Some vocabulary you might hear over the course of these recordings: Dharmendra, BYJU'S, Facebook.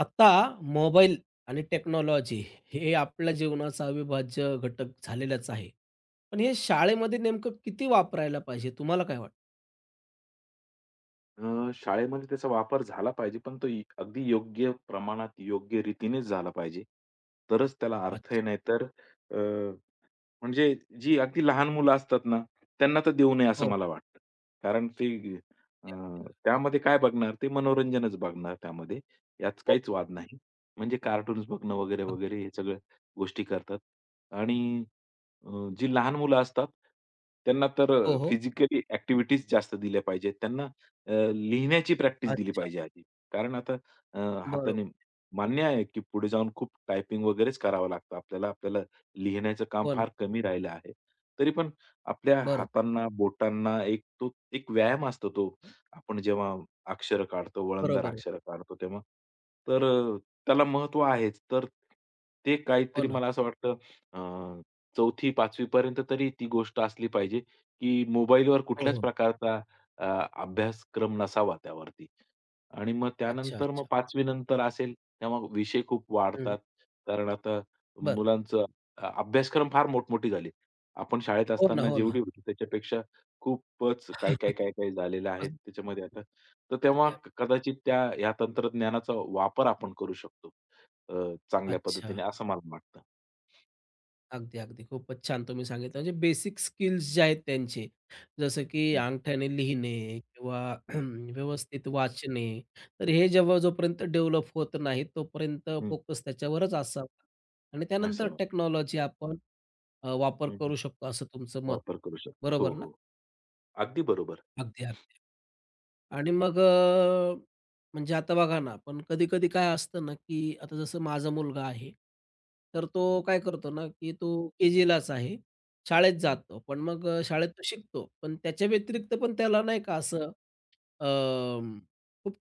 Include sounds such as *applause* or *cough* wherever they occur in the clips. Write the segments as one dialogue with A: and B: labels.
A: आता मोबाईल आणि टेक्नॉलॉजी हे आपल्या जीवनाचा अविभाज्य घटक झालेलाच आहे. पण हे शाळेमध्ये नेमकं किती वापरायला पाहिजे तुम्हाला काय वाटतं?
B: शाळेमध्ये त्याचा वापर झाला पाहिजे, पण तो अगदी योग्य प्रमाणात, योग्य रीतीनेच झाला पाहिजे. तरच त्याला अर्थ आहे.
A: अच्छा.
B: म्हणजे जी अगदी लहान मुलं असतात ना, त्यांना तर देऊ नये असं
A: हो.
B: मला वाटतं. कारण ते अ, त्यामध्ये काय बघणार? ते मनोरंजनच बघणार त्यामध्ये. यात
A: हो.
B: काहीच वाद नाही. म्हणजे कार्टून्स बघणं वगैरे,
A: अगदी.
B: वगैरे हे सगळ्या गोष्टी करतात आणि अ, जी लहान मुलं असतात, त्यांना तर
A: हो, हो.
B: फिजिकली ॲक्टिव्हिटीज जास्त दिल्या पाहिजेत. त्यांना लिहिण्याची प्रॅक्टिस दिली
A: अच्छा.
B: पाहिजे आधी. कारण आता अ, हाताने
A: बरोबर.
B: मान्य आहे, की पुढे जाऊन खूप टायपिंग वगैरेच करावं लागतं आपल्याला. आपल्याला लिहिण्याचं काम
A: हो ना.
B: फार कमी राहिलं आहे. तरी पण आपल्या
A: बरोबर.
B: हातांना, बोटांना एक तो एक व्यायाम असतो तो. आपण जेव्हा अक्षरं काढतो, वळणदार
A: बरोबर आहे.
B: अक्षरं काढतो तेव्हा. तर अ, त्याला महत्त्व आहेच. तर ते
A: हो
B: काहीतरी
A: ना.
B: मला असं वाटतं, चौथी 5वी पर्यंत तरी ती गोष्ट असली पाहिजे, की मोबाईलवर
A: हो,
B: कुठल्याच
A: हो.
B: प्रकारचा अ, अभ्यासक्रम नसावा त्यावरती. आणि मग
A: अच्छा,
B: त्यानंतर मग
A: अच्छा.
B: 5वी नंतर असेल, तेव्हा विषय खूप
A: हं.
B: वाढतात. कारण आता
A: बरं.
B: मुलांचं अ, अभ्यासक्रम फार मोठमोठी झाली. आपण शाळेत
A: हो ना,
B: असताना
A: हो ना.
B: जेवढी होती त्याच्यापेक्षा खूपच काय, काय,
A: *laughs*
B: काय, काय झालेलं आहे
A: खूपच
B: त्याच्यामध्ये आता. तर तेव्हा
A: लागते.
B: कदाचित त्या ह्या तंत्रज्ञानाचा वापर आपण करू शकतो चांगल्या
A: अच्छा.
B: पद्धतीने असं मला वाटतं.
A: अगदी, अगदी. खूपच छान तुम्ही सांगितलं. म्हणजे बेसिक स्किल्स जे आहेत त्यांचे, जसं की
B: हं,
A: अंगठ्याने लिहिणे किंवा
B: हं,
A: *clears throat* व्यवस्थित वाचणे, तर हे जेव्हा जोपर्यंत डेव्हलप होत नाही, तोपर्यंत
B: हं.
A: फोकस त्याच्यावरच असावा आणि त्यानंतर
B: असा
A: टेक्नॉलॉजी आपण वापर
B: हं,
A: करू शकतो, असं तुमचं मत.
B: वापर करू शकतो. हो,
A: बरोबर ना?
B: हो. अगदी बरोबर.
A: अगदी, अगदी. आणि मग म्हणजे आता बघा ना, पण कधी-कधी काय असतं ना, की आता जसं माझा मुलगा आहे, तर तो
B: हं,
A: काय करतो ना, की तो के-जीलाच आहे. शाळेत
B: हं,
A: जातो. पण मग शाळेत तो शिकतो. पण त्याच्या
B: हं,
A: व्यतिरिक्त पण त्याला नाही का असं अं, खूप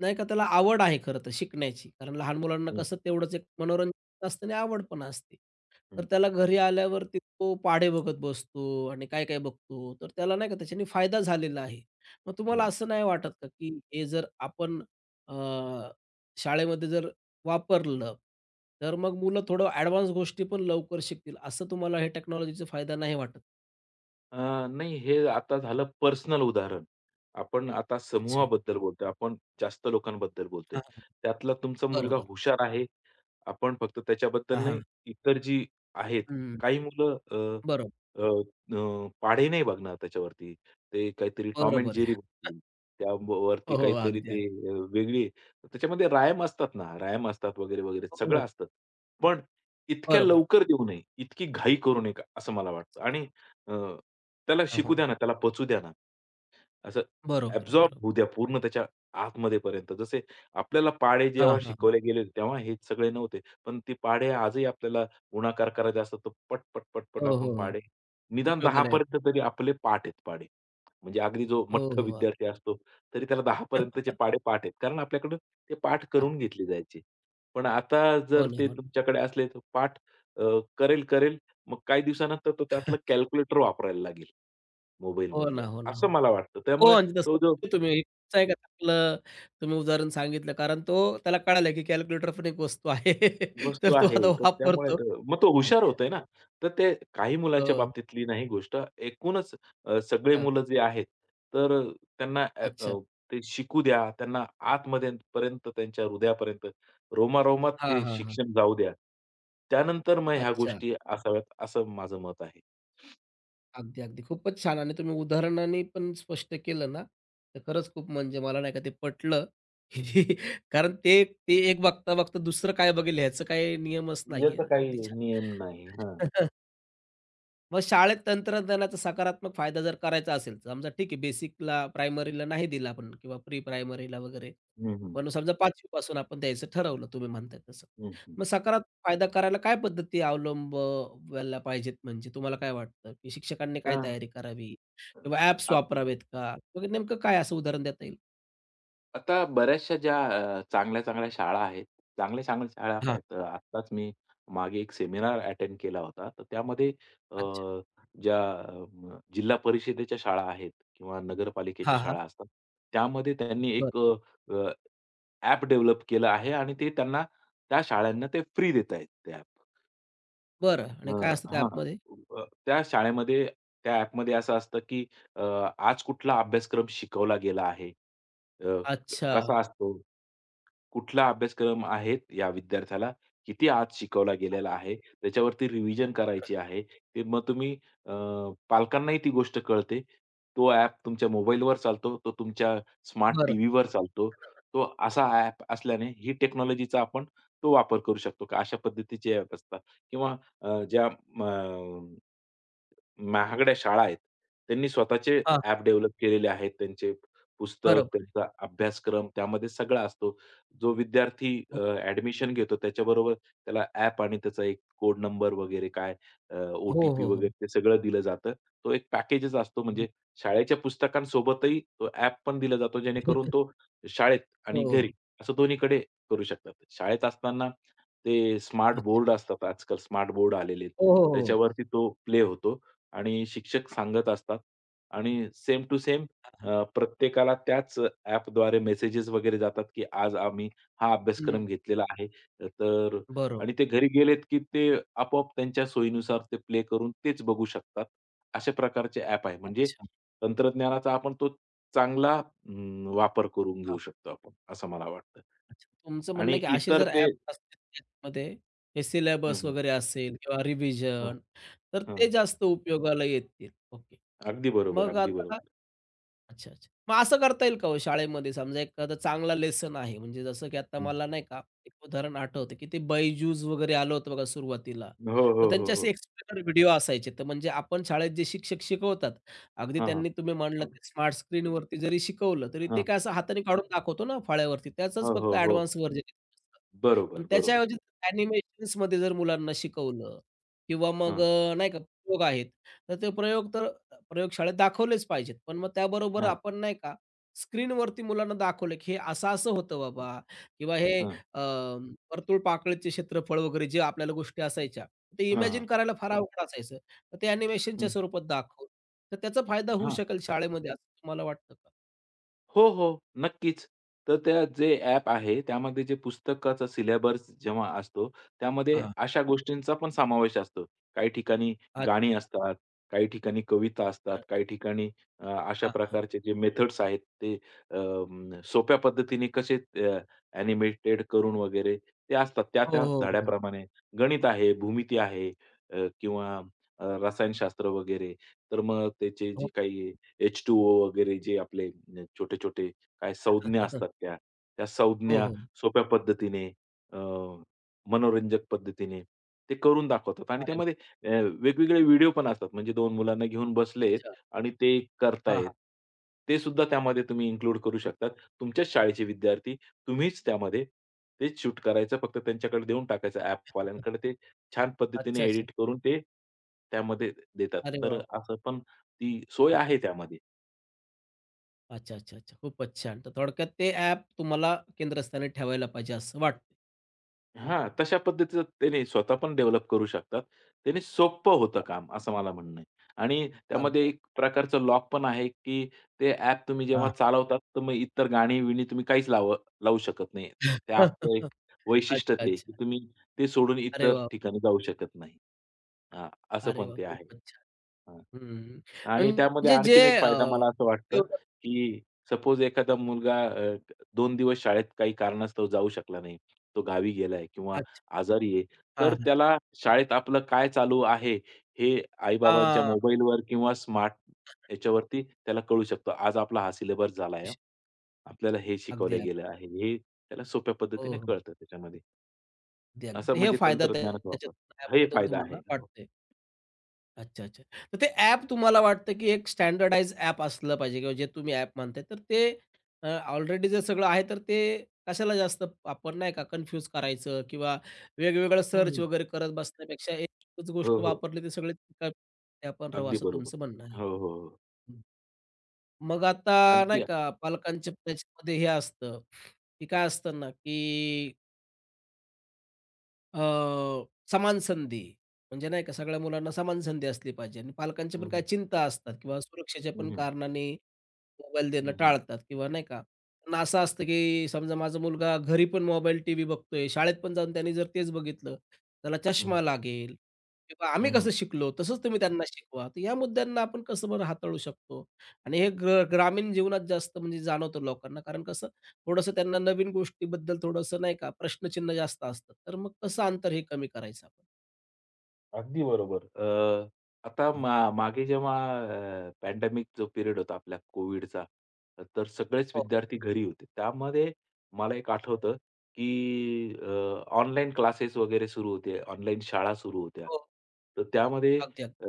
A: नाही का त्याला आवड आहे खरं तर शिकण्याची. कारण लहान मुलांना
B: हं,
A: कसं तेवढंच एक मनोरंजन असतं आणि आवड पण असते. तर
B: हं,
A: त्याला घरी आल्यावरती तो पाढे बघत बसतो आणि काय काय बघतो. तर त्याला नाही का त्याच्याने फायदा झालेला आहे. मग तुम्हाला
B: हं.
A: असं नाही वाटत का, की हे जर आपण अ, शाळेमध्ये जर वापरलं, तर मग मुलं थोडं ॲडव्हान्स गोष्टी पण लवकर शिकतील, असं तुम्हाला हे टेक्नॉलॉजीचा फायदा नाही वाटत?
B: अ, नाही हे आता झालं पर्सनल उदाहरण. आपण आता
A: अच्छा.
B: समूहाबद्दल बोलतोय. आपण जास्त लोकांबद्दल बोलतोय.
A: हां, हां.
B: त्यातला तुमचा मुलगा
A: बरोबर.
B: हुशार आहे. आपण फक्त त्याच्याबद्दल
A: हां,
B: नाही,
A: हां.
B: इतर जी आहेत.
A: हं,
B: काही मुलं अ,
A: बरोबर.
B: अ, अ, पाढे नाही बघणार त्याच्यावरती. ते काहीतरी टॉम एंड
A: बरोबर आहे.
B: जेरी बघतील. त्यावरती
A: हो, हो.
B: काहीतरी
A: अगदी, अगदी.
B: ते वेगळी त्याच्यामध्ये रायम असतात ना, रायम असतात वगैरे, वगैरे
A: हो,
B: सगळं
A: हो.
B: असतं. पण इतक्या
A: बरोबर.
B: लवकर देऊ नये, इतकी घाई करू नये का, असं मला वाटतं
A: अच्छा.
B: आणि अ, त्याला
A: हां,
B: शिकू
A: हां.
B: द्या ना, त्याला पचू द्या ना. असं
A: बरोबर
B: ॲब्सॉर्ब
A: बरोबर.
B: होऊ द्या पूर्ण त्याच्या आतमध्ये पर्यंत. जसे आपल्याला पाढे जेव्हा
A: हां, हां.
B: शिकवले गेले तेव्हा हे सगळे नव्हते. पण ते पाढे आजही आपल्याला गुणाकार करायचे असतात. तर पट, पट, पट, पट
A: हो,
B: आपण
A: हो, हो.
B: पाढे निदान 10
A: उपयोगाला येतं.
B: पर्यंत तरी आपले पाठ आहेत पाढे. म्हणजे अगदी जो
A: हो,
B: मठ्ठ
A: हो.
B: विद्यार्थी असतो तरी त्याला 10 पर्यंतचे पाढे पाठ आहेत. कारण आपल्याकडं ते पाठ करून
A: अगदी.
B: घेतले जायचे. पण आता
A: हो
B: जर
A: ना,
B: ते
A: हो ना.
B: तुमच्याकडे असले तर पाठ अ, करेल, करेल, मग काही दिवसानंतर तो त्यातलं
A: *laughs*
B: कॅल्क्युलेटर वापरायला लागेल
A: हो
B: मोबाईलमधलं.
A: ना, हो ना,
B: असं
A: हो ना.
B: मला वाटतं.
A: हो,
B: त्यामुळे
A: म्हणजे तसं
B: तो जो
A: होतं. तुम्ही तुमचं एक चांगलं तुम्ही उदाहरण सांगितलं. कारण तो त्याला कळालं की कॅल्क्युलेटर पण एक वस्तू आहे. *laughs*
B: वस्तू
A: तर तो
B: आहे,
A: आता
B: तर त्यामुळे
A: वापरतो.
B: तर मग तो हुशार
A: अच्छा.
B: होतोय ना. तर ते काही मुलांच्या
A: हो.
B: बाबतीतली नाही गोष्ट. एकूणच सगळे
A: हां.
B: मुलं जे आहेत, तर अ, त्यांना अ,
A: अच्छा.
B: अ, ते शिकू द्या. त्यांना आतमध्ये पर्यंत त्यांच्या हृदयापर्यंत रोमारोमात
A: हां,
B: ते
A: हां, हां.
B: शिक्षण जाऊ द्या. त्यानंतर मग ह्या
A: अच्छा.
B: गोष्टी असाव्यात, असं माझं मत आहे.
A: अगदी, अगदी. खूपच छान आणि तुम्ही उदाहरणाने पण स्पष्ट केलं ना, तर खरंच खूप म्हणजे मला नाही का ते पटलं. *laughs* कारण ते ते एक बघता-बघता दुसरं काय बघेल ह्याचं काही नियमच नाहीये.
B: याचा काही
A: अगदी छान.
B: नियम नाही. हां.
A: *laughs* मग शाळेत तंत्रज्ञानाचा सकारात्मक फायदा जर करायचा असेल, समजा ठीक आहे बेसिकला, प्रायमरीला नाही दिला आपण किंवा प्री प्रायमरीला वगैरे,
B: हं, हं.
A: पण समजा 5वी पासून आपण द्यायचं ठरवलं तुम्ही म्हणताय तसं.
B: हं, हं.
A: मग सकारात्मक फायदा करायला काय पद्धती अवलंबवायला पाहिजेत म्हणजे तुम्हाला काय वाटतं, की शिक्षकांनी काय तयारी करावी किंवा ॲप्स
B: हां.
A: वापरावेत का? वगैरे नेमकं काय असं उदाहरण देता येईल?
B: आता बऱ्याचशा ज्या चांगल्या-चांगल्या शाळा आहेत. चांगल्या-चांगल्या शाळा
A: हां,
B: काय तर आत्ताच मी मागे एक सेमिनार अटेंड केला होता. तर त्यामध्ये अ,
A: अच्छा.
B: ज्या अ, जिल्हा परिषदेच्या शाळा आहेत किंवा नगरपालिकेच्या
A: हां, हां.
B: शाळा असतात. त्यामध्ये त्यांनी
A: बरं,
B: एक अ, डेव्हलप केलं आहे आणि ते त्यांना त्या शाळांना ते फ्री देत आहेत ते ॲप.
A: बरं आणि काय
B: हं,
A: असतं त्या
B: हां.
A: ॲपमध्ये?
B: अ, त्या शाळेमध्ये त्या ॲपमध्ये असं असतं, की अ, आज कुठला अभ्यासक्रम शिकवला गेला आहे. अ,
A: अच्छा.
B: कसा असतो? कुठला अभ्यासक्रम आहे या विद्यार्थ्याला, किती आज शिकवला गेलेला आहे, त्याच्यावरती रिव्हिजन करायची आहे. ते मग तुम्ही अ, पालकांनाही ती गोष्ट कळते. तो ॲप तुमच्या मोबाईलवर चालतो, तो तुमच्या स्मार्ट
A: बरं.
B: टीव्हीवर चालतो. तो असा ॲप असल्याने ही टेक्नॉलॉजीचा आपण तो वापर करू शकतो का? अशा पद्धतीचे ॲप असतात किंवा ज्या महागड्या शाळा आहेत. त्यांनी स्वतःचे
A: हां,
B: ॲप डेव्हलप केलेले आहेत. त्यांचे पुस्तक,
A: बरोबर.
B: त्यांचा अभ्यासक्रम त्यामध्ये सगळा असतो. जो विद्यार्थी
A: हो,
B: ॲडमिशन घेतो त्याच्याबरोबर त्याला ॲप आणि त्याचा एक कोड नंबर वगैरे काय ओ
A: हो,
B: टी
A: हो, हो.
B: वगैरे ते सगळं दिलं जातं. तो एक पॅकेजच असतो म्हणजे शाळेच्या पुस्तकांसोबतही तो ॲप पण दिला जातो जेणेकरून
A: *laughs*
B: तो शाळेत आणि
A: हो.
B: घरी असं दोन्हीकडे करू शकतात. शाळेत असताना ते स्मार्ट
A: अच्छा.
B: बोर्ड असतात आजकाल स्मार्ट बोर्ड आलेले आहेत.
A: हो, हो, हो.
B: त्याच्यावरती तो प्ले होतो. आणि शिक्षक सांगत असतात आणि सेम टू सेम
A: हां, हां.
B: अ, प्रत्येकाला त्याच ॲपद्वारे मेसेजेस वगैरे जातात, की आज आम्ही हा
A: हं.
B: अभ्यासक्रम घेतलेला आहे. तर
A: बरोबर.
B: आणि ते घरी गेलेत, की ते आपोआप त्यांच्या सोयीनुसार ते प्ले करून तेच बघू शकतात. अशा प्रकारचे ॲप आहे. म्हणजे
A: अच्छा.
B: तंत्रज्ञानाचा आपण तो चांगला वापर करून घेऊ
A: हां,
B: शकतो आपण, असं मला वाटतं.
A: अच्छा. तुमचं म्हणणं
B: आणि
A: आहे की असे
B: इतर
A: जर
B: ते
A: ॲप्स असतील त्यामध्ये हे
B: हम्म,
A: सिलेबस
B: हम्म,
A: वगैरे असेल किंवा
B: हं, हं.
A: रिव्हिजन तर ते जास्त उपयोगाला येतील. ओके.
B: अगदी बरोबर,
A: मग
B: अगदी
A: आता
B: बरोबर.
A: अच्छा, अच्छा. मग असं करता येईल का हो शाळेमध्ये समजा एखादा चांगला लेसन आहे, म्हणजे जसं की आता
B: हं.
A: मला नाही का एक उदाहरण आठवतं, की ते BYJU'S वगैरे आलं होतं बघा सुरुवातीला.
B: हो,
A: तर
B: हो, हो,
A: त्यांचे असे
B: हो.
A: एक्सप्लेनर व्हिडिओ असायचे. तर म्हणजे आपण शाळेत जे शिक्षक शिकवतात, अगदी
B: हां, हां.
A: त्यांनी तुम्ही म्हणलं ते स्मार्ट स्क्रीनवरती जरी शिकवलं, तरी
B: हां.
A: ते काय असं हाताने काढून दाखवतो ना फळ्यावरती, त्याचंच
B: हो,
A: फक्त
B: हो, हो.
A: Advance version. पण
B: बरोबर, बरोबर.
A: त्याच्याऐवजी ॲनिमेशन्समध्ये जर मुलांना शिकवलं किंवा मग
B: हां,
A: नाही का प्रयोग आहेत, तर ते प्रयोग तर प्रयोगशाळेत दाखवलेच पाहिजेत. पण मग त्याबरोबर
B: हां,
A: आपण नाही का स्क्रीनवरती मुलांना दाखवलं, की हे असं-असं होतं बाबा किंवा हे
B: हां,
A: वर्तुळ, पाकळीचे क्षेत्रफळ वगैरे जे आपल्याला गोष्टी असायच्या, ते
B: हां, हां.
A: इमॅजिन करायला फार अवघड असायचं. तर ते
B: हं.
A: ॲनिमेशनच्या स्वरूपात दाखवलं, तर त्याचा फायदा होऊ
B: हां,
A: शकेल शाळेमध्ये असं तुम्हाला वाटतं का?
B: हो, हो. नक्कीच. तर त्या जे ॲप आहे, त्यामध्ये जे पुस्तकाचा सिलेबस जेव्हा असतो, त्यामध्ये
A: हां.
B: अशा गोष्टींचा पण समावेश असतो. काही ठिकाणी गाणी
A: अच्छा.
B: असतात, काही ठिकाणी कविता असतात,
A: बरं.
B: काही ठिकाणी अशा
A: हां, हां.
B: प्रकारचे जे मेथड्स आहेत, ते अ, सोप्या पद्धतीने कसे ॲनिमेटेड करून वगैरे ते असतात.
A: हो,
B: त्या-त्या
A: हो, हो.
B: धड्याप्रमाणे. गणित आहे, भूमिती आहे, किंवा रसायनशास्त्र वगैरे. तर मग त्याचे जे
A: हो.
B: काही H2O वगैरे जे आपले छोटे-छोटे काय संज्ञा असतात
A: *laughs*
B: त्या. त्या
A: हो,
B: संज्ञा
A: हो.
B: सोप्या पद्धतीने अ, मनोरंजक पद्धतीने ते करून दाखवतात आणि
A: अरे
B: त्यामध्ये वेगवेगळे व्हिडिओ पण असतात. म्हणजे 2 मुलांना घेऊन बसलेत
A: अच्छा.
B: आणि ते
A: हां,
B: करतायेत.
A: हां.
B: ते सुद्धा त्यामध्ये तुम्ही इन्क्लूड करू शकतात. तुमच्याच शाळेचे विद्यार्थी, तुम्हीच त्यामध्ये ते शूट करायचं. फक्त त्यांच्याकडे देऊन टाकायचं ॲपवाल्यांकडे. ते छान पद्धतीने
A: अच्छा, अच्छा.
B: एडिट करून ते त्यामध्ये देतात.
A: अरे वाह,
B: तर
A: वाह!
B: असं पण ती सोय आहे त्यामध्ये.
A: अच्छा, अच्छा, अच्छा. खूपच छान. तर थोडक्यात ते ॲप तुम्हाला केंद्रस्थानी ठेवायला पाहिजे असं वाटतं.
B: हां, तशा पद्धतीचं त्याने स्वतः पण डेव्हलप करू शकतात. त्याने सोपं होतं काम असं मला म्हणणं आहे. आणि त्यामध्ये
A: अगदी,
B: एक प्रकारचं लॉक पण आहे, की ते ॲप तुम्ही जेव्हा
A: हां.
B: चालवतात, तर मग इतर गाणी-बिणी तुम्ही काहीच लावू शकत नाही. त्या ॲपचं एक वैशिष्ट्य
A: अच्छा,
B: ते आहे, की
A: अच्छा.
B: तुम्ही ते सोडून
A: अरे
B: इतर
A: वाह!
B: ठिकाणी जाऊ शकत नाही. हां, असं
A: अरे
B: पण
A: वाह!
B: ते आहे.
A: खूपच छान.
B: हां.
A: हं.
B: आणि त्यामध्ये
A: म्हणजे जे
B: आणखीन एक फायदा मला असं वाटतं,
A: तेवढं
B: की सपोज एखादा मुलगा 2 दिवस शाळेत काही कारणास्तव जाऊ शकला नाही. तो गावी गेलाय किंवा
A: अच्छा.
B: आजारी आहे,
A: हां,
B: तर
A: हां.
B: त्याला शाळेत आपलं काय चालू आहे, हे आई-बाबांच्या
A: हां.
B: मोबाईलवर किंवा स्मार्ट याच्यावरती त्याला कळू शकतं. आज आपला हा सिलेबस झालाय हां. आपल्याला हे
A: अगदी,
B: शिकवलं
A: अगदी.
B: गेलं आहे. हे त्याला सोप्या
A: हो,
B: पद्धतीने
A: हो.
B: कळतं त्याच्यामध्ये.
A: अगदी, अगदी.
B: असं
A: हे
B: म्हणजे
A: फायदा
B: तंत्रज्ञानाचा वापर.
A: त्याच्यातून
B: हे
A: ॲपमधून
B: फायदा आहे.
A: तुम्हाला
B: हो.
A: वाटतोय. अच्छा, अच्छा. तर ते ॲप तुम्हाला वाटतं, की एक स्टँडर्डाइज्ड ॲप असलं पाहिजे किंवा जे तुम्ही ॲप म्हणताय, तर ते ऑलरेडी जे सगळं आहे, तर ते कशाला जास्त आपण नाही का कन्फ्यूज करायचं किंवा वेगवेगळं
B: हं,
A: सर्च
B: हं.
A: वगैरे करत बसण्यापेक्षा एकच
B: हो,
A: गोष्ट
B: हो.
A: वापरली तर सगळे एका- ते आपण राहू
B: अगदी
A: असं
B: बरोबर.
A: तुमचं म्हणणं आहे.
B: हो, हो, हो.
A: मग आता नाही
B: अगदी.
A: का पालकांच्या त्याच्यामध्ये हे असतं, की काय असतं ना, की अ, समान संधी म्हणजे नाही का सगळ्या मुलांना समान संधी असली पाहिजे आणि पालकांच्या पण
B: हं, हं.
A: काही चिंता असतात किंवा सुरक्षेच्या
B: हं,
A: पण
B: हं.
A: कारणाने मोबाईल देणं
B: हं, हं.
A: टाळतात किंवा नाही का त्यांना असं असतं की समजा माझा मुलगा घरी पण मोबाईल टीव्ही बघतोय शाळेत पण जाऊन त्यांनी जर तेच बघितलं त्याला चष्मा लागेल किंवा आम्ही
B: हं, हं.
A: कसं शिकलो तसंच तुम्ही त्यांना शिकवा तर या मुद्द्यांना आपण कसं बरं हाताळू शकतो आणि हे ग्रामीण जीवनात जास्त म्हणजे जाणवतं लोकांना कारण कसं थोडंसं त्यांना नवीन गोष्टीबद्दल थोडंसं नाही का प्रश्नचिन्ह जास्त असतं. तर मग कसं अंतर हे कमी करायचं आपण?
B: अगदी बरोबर. अ, आता
A: हां.
B: मा मागे जेव्हा पॅन्डेमिक जो पिरियड होता आपल्या कोविडचा, तर सगळेच
A: हो,
B: विद्यार्थी घरी होते. त्यामध्ये मला एक आठवतं, की ऑनलाईन क्लासेस वगैरे सुरू होते. ऑनलाईन शाळा सुरू होत्या.
A: हो.
B: तर त्यामध्ये
A: अगदी, अगदी.
B: अ,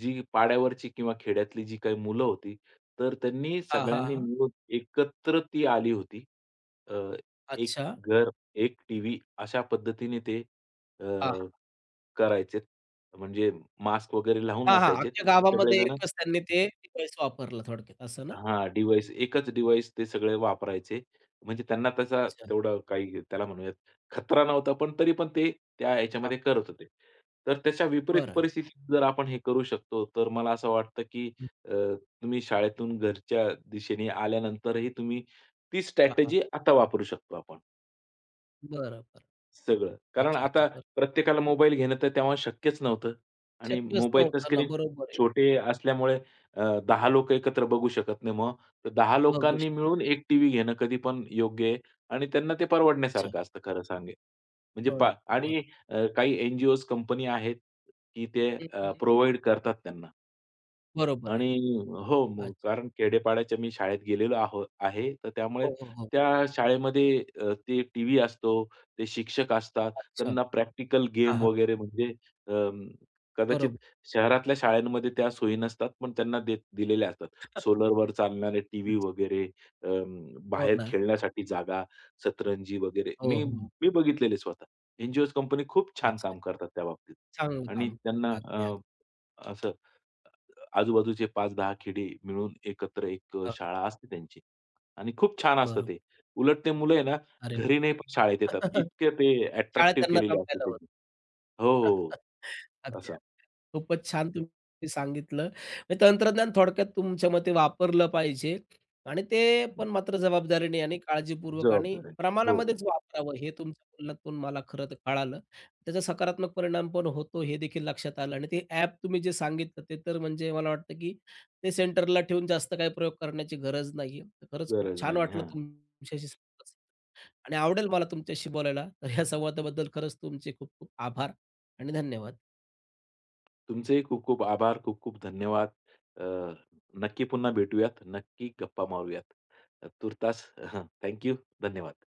B: जी पाड्यावरची किंवा खेड्यातली जी काही मुलं होती, तर त्यांनी
A: हां, हां,
B: सगळ्यांनी
A: हां.
B: मिळून एकत्र ती आली होती. अ, एक
A: अच्छा.
B: घर, एक टीव्ही अशा पद्धतीने ते
A: हां, हां.
B: करायचेत. म्हणजे मास्क वगैरे लावून
A: हां, हां.
B: असायचेत
A: अख्ख्या
B: आणि
A: गावामध्ये
B: सगळेजण
A: एकच त्यांनी ते डिव्हाइस वापरलं थोडक्यात असं ना?
B: हां, डिव्हाइस एकच डिव्हाइस ते सगळे वापरायचे. म्हणजे त्यांना त्याचा
A: अच्छा.
B: तेवढा काही त्याला म्हणूयात खतरा नव्हता, पण तरी पण ते त्या
A: हां.
B: ह्याच्यामध्ये करत होते. तर त्याच्या विपरीत
A: बरं.
B: परिस्थितीत जर आपण हे करू शकतो, तर मला असं वाटतं, की
A: हं.
B: अ, तुम्ही शाळेतून घरच्या दिशेने आल्यानंतरही तुम्ही ती
A: हां,
B: स्ट्रॅटेजी आता वापरू शकतो आपण.
A: बरं, बरं.
B: सगळं. कारण
A: अच्छा,
B: आता
A: अच्छा. बरं.
B: प्रत्येकाला मोबाईल घेणं तर तेव्हा शक्यच नव्हतं आणि
A: शक्यच
B: मोबाईलचं
A: नव्हतं ना.
B: स्क्रीन
A: बरोबर आहे.
B: छोटे असल्यामुळे अ, 10 लोकं एकत्र बघू शकत नाही. मग तर 10
A: बघू श
B: लोकांनी मिळून 1 टीव्ही घेणं कधी पण योग्य आहे आणि त्यांना ते
A: अच्छा.
B: परवडण्यासारखं असतं खरं सांगे म्हणजे पा
A: बरं,
B: आणि
A: बरोबर.
B: अ, काही एन कंपनी आहेत, की ते
A: हं,
B: अ,
A: हं,
B: करतात त्यांना.
A: बरोबर आहे.
B: आणि हो, मग
A: अच्छा.
B: कारण खेड्यापाड्याच्या मी शाळेत गेलेलो आहे. तर त्यामुळे
A: हो, हो, हो.
B: त्या शाळेमध्ये ते टीव्ही असतो, ते शिक्षक असतात.
A: अच्छा.
B: त्यांना प्रॅक्टिकल
A: हां,
B: गेम
A: हां.
B: वगैरे म्हणजे अं, कदाचित
A: बरोबर.
B: शहरातल्या शाळांमध्ये त्या सोयी नसतात, पण त्यांना देत दिलेल्या असतात. सोलरवर चालणारे टीव्ही
A: अच्छा.
B: वगैरे,
A: हो
B: बाहेर
A: ना.
B: खेळण्यासाठी जागा, सतरंजी वगैरे.
A: हो,
B: मी
A: हो.
B: मी बघितलेले स्वतः. एन कंपनी खूप छान
A: अच्छा.
B: काम करतात त्या बाबतीत
A: चांगलं
B: आणि
A: काम.
B: त्यांना
A: अगदी,
B: अ,
A: अगदी.
B: असं आजूबाजूचे 5-10 खेडे मिळून एकत्र एक
A: हो.
B: शाळा असते त्यांची आणि खूप छान असतं ते.
A: बरोबर.
B: उलट ते मुलं आहे ना,
A: अरे
B: घरी नाही पण शाळेत येतात.
A: *laughs*
B: इतके ते
A: शाळेत
B: अट्रॅक्टिव्ह
A: त्यांना
B: केलेले असते
A: रमायला होतं.
B: त्यांनी. हो, हो. हो.
A: *laughs* अगदी, अगदी.
B: असं.
A: खूपच छान तुम्ही सांगितलं. म्हणजे तंत्रज्ञान थोडक्यात तुमच्या मते वापरलं पाहिजे आणि ते पण मात्र जबाबदारीने आणि काळजीपूर्वक आणि
B: जबाबदाऱ्या. हो, हो.
A: प्रमाणामध्येच वापरावं हे तुमच्या बोलण्यातून मला खरं तर कळालं. त्याचा सकारात्मक परिणाम पण होतो हे देखील लक्षात आलं आणि ते ॲप तुम्ही जे सांगितलं ते तर म्हणजे मला वाटतं, की ते सेंटरला ठेवून जास्त काही प्रयोग करण्याची गरज नाहीये. तर खरंच खूप
B: गरज
A: छान
B: नाही.
A: वाटलं
B: हां.
A: तुमच्याशी आणि आवडेल मला तुमच्याशी बोलायला. तर ह्या संवादाबद्दल खरंच तुमचे खूप खूप आभार आणि धन्यवाद.
B: तुमचेही खूप खूप आभार. खूप खूप धन्यवाद. अ, नक्की पुन्हा भेटूयात. नक्की गप्पा मारूयात. तुर्तास थँक धन्यवाद.